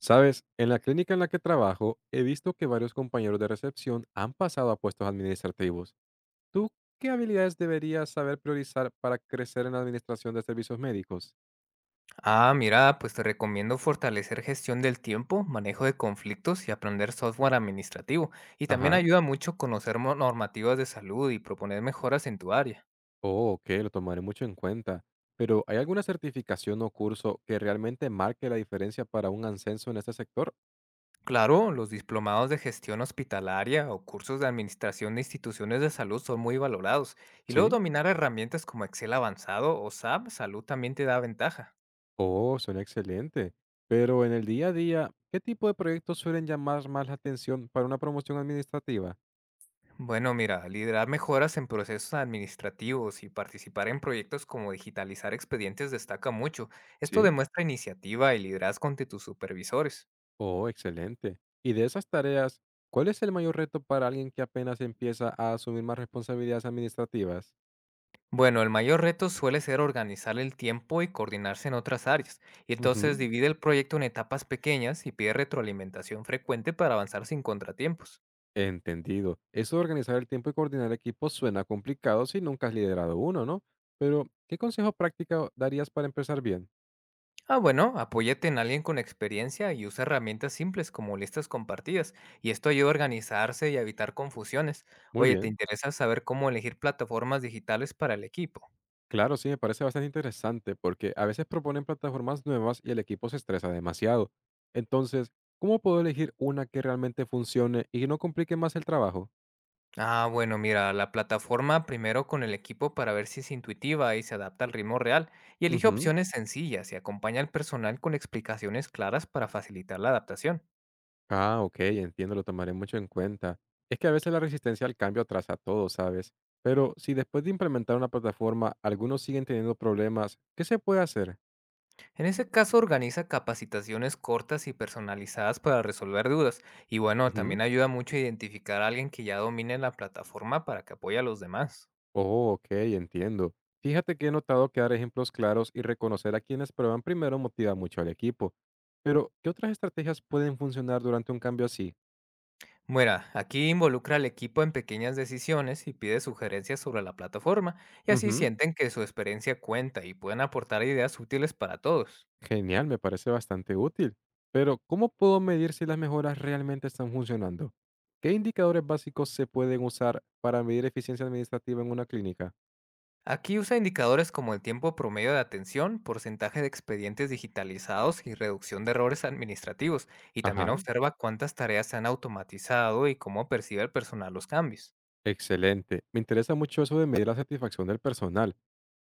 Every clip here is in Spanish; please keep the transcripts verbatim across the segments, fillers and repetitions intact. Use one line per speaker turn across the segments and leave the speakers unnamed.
Sabes, en la clínica en la que trabajo he visto que varios compañeros de recepción han pasado a puestos administrativos. ¿Tú qué habilidades deberías saber priorizar para crecer en la administración de servicios médicos?
Ah, mira, pues te recomiendo fortalecer gestión del tiempo, manejo de conflictos y aprender software administrativo. Y también
Ajá.
ayuda mucho conocer mo- normativas de salud y proponer mejoras en tu área.
Oh, ok, lo tomaré mucho en cuenta. Pero, ¿hay alguna certificación o curso que realmente marque la diferencia para un ascenso en este sector?
Claro, los diplomados de gestión hospitalaria o cursos de administración de instituciones de salud son muy valorados. Y luego
Sí.
dominar herramientas como Excel avanzado o S A P Salud también te da ventaja.
Oh, suena excelente. Pero en el día a día, ¿qué tipo de proyectos suelen llamar más la atención para una promoción administrativa?
Bueno, mira, liderar mejoras en procesos administrativos y participar en proyectos como digitalizar expedientes destaca mucho. Esto
Sí.
demuestra iniciativa y liderazgo ante tus supervisores.
Oh, excelente. Y de esas tareas, ¿cuál es el mayor reto para alguien que apenas empieza a asumir más responsabilidades administrativas?
Bueno, el mayor reto suele ser organizar el tiempo y coordinarse en otras áreas, y entonces
Ujú.
divide el proyecto en etapas pequeñas y pide retroalimentación frecuente para avanzar sin contratiempos.
Entendido. Eso de organizar el tiempo y coordinar equipos suena complicado si nunca has liderado uno, ¿no? Pero, ¿qué consejo práctico darías para empezar bien?
Ah, bueno, apóyate en alguien con experiencia y usa herramientas simples como listas compartidas, y esto ayuda a organizarse y a evitar confusiones.
Muy
Oye, ¿te
bien.
interesa saber cómo elegir plataformas digitales para el equipo?
Claro, sí, me parece bastante interesante porque a veces proponen plataformas nuevas y el equipo se estresa demasiado. Entonces, ¿cómo puedo elegir una que realmente funcione y no complique más el trabajo?
Ah, bueno, mira, la plataforma primero con el equipo para ver si es intuitiva y se adapta al ritmo real, y elige
Ujú.
opciones sencillas y acompaña al personal con explicaciones claras para facilitar la adaptación.
Ah, ok, entiendo, lo tomaré mucho en cuenta. Es que a veces la resistencia al cambio atrasa todo, ¿sabes? Pero si después de implementar una plataforma algunos siguen teniendo problemas, ¿qué se puede hacer?
En ese caso, organiza capacitaciones cortas y personalizadas para resolver dudas. Y bueno,
Ujú.
también ayuda mucho a identificar a alguien que ya domine la plataforma para que apoye a los demás.
Oh, ok, entiendo. Fíjate que he notado que dar ejemplos claros y reconocer a quienes prueban primero motiva mucho al equipo. Pero, ¿qué otras estrategias pueden funcionar durante un cambio así?
Bueno, aquí involucra al equipo en pequeñas decisiones y pide sugerencias sobre la plataforma, y así
Ujú.
sienten que su experiencia cuenta y pueden aportar ideas útiles para todos.
Genial, me parece bastante útil. Pero, ¿cómo puedo medir si las mejoras realmente están funcionando? ¿Qué indicadores básicos se pueden usar para medir eficiencia administrativa en una clínica?
Aquí usa indicadores como el tiempo promedio de atención, porcentaje de expedientes digitalizados y reducción de errores administrativos, y también
Ajá,
observa cuántas tareas se han automatizado y cómo percibe el personal los cambios.
excelente. Me interesa mucho eso de medir la satisfacción del personal.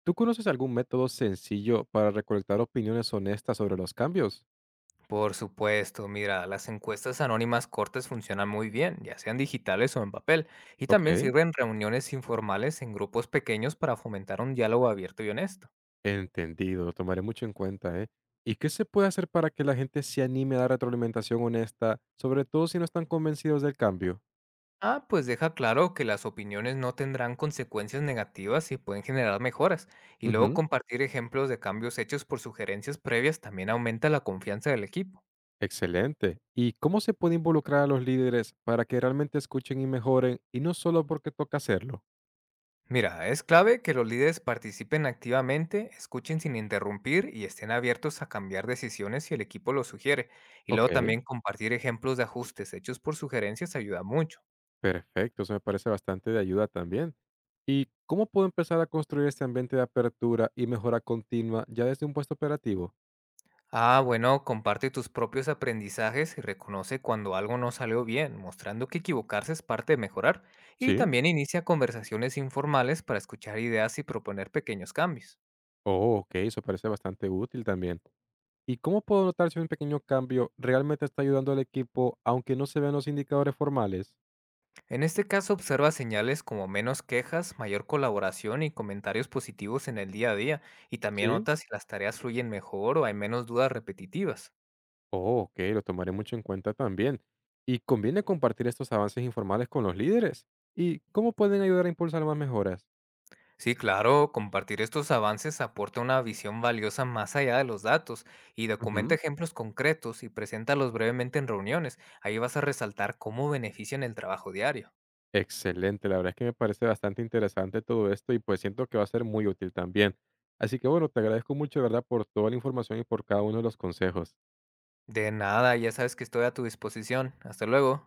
¿Tú conoces algún método sencillo para recolectar opiniones honestas sobre los cambios?
Por supuesto, mira, las encuestas anónimas cortas funcionan muy bien, ya sean digitales o en papel, y también
Ok,
sirven reuniones informales en grupos pequeños para fomentar un diálogo abierto y honesto.
entendido, lo tomaré mucho en cuenta, ¿eh? ¿Y qué se puede hacer para que la gente se anime a dar retroalimentación honesta, sobre todo si no están convencidos del cambio?
Ah, pues deja claro que las opiniones no tendrán consecuencias negativas y pueden generar mejoras. Y luego
Ujú.
compartir ejemplos de cambios hechos por sugerencias previas también aumenta la confianza del equipo.
Excelente. ¿Y cómo se puede involucrar a los líderes para que realmente escuchen y mejoren y no solo porque toca hacerlo?
Mira, es clave que los líderes participen activamente, escuchen sin interrumpir y estén abiertos a cambiar decisiones si el equipo lo sugiere. Y
Ok,
luego también compartir ejemplos de ajustes hechos por sugerencias ayuda mucho.
perfecto. Eso me parece bastante de ayuda también. ¿Y cómo puedo empezar a construir este ambiente de apertura y mejora continua ya desde un puesto operativo?
Ah, bueno, comparte tus propios aprendizajes y reconoce cuando algo no salió bien, mostrando que equivocarse es parte de mejorar. Y
Sí.
también inicia conversaciones informales para escuchar ideas y proponer pequeños cambios.
Oh, ok, eso parece bastante útil también. ¿Y cómo puedo notar si un pequeño cambio realmente está ayudando al equipo aunque no se vean los indicadores formales?
En este caso, observa señales como menos quejas, mayor colaboración y comentarios positivos en el día a día, y también
Sí.
nota si las tareas fluyen mejor o hay menos dudas repetitivas.
Oh, ok, lo tomaré mucho en cuenta también. ¿Y conviene compartir estos avances informales con los líderes? ¿Y cómo pueden ayudar a impulsar más mejoras?
Sí, claro, compartir estos avances aporta una visión valiosa más allá de los datos y documenta
Ujú,
ejemplos concretos y preséntalos brevemente en reuniones. Ahí vas a resaltar cómo benefician el trabajo diario.
excelente, la verdad es que me parece bastante interesante todo esto y pues siento que va a ser muy útil también. Así que bueno, te agradezco mucho, de ¿verdad?, por toda la información y por cada uno de los consejos.
De nada, ya sabes que estoy a tu disposición. Hasta luego.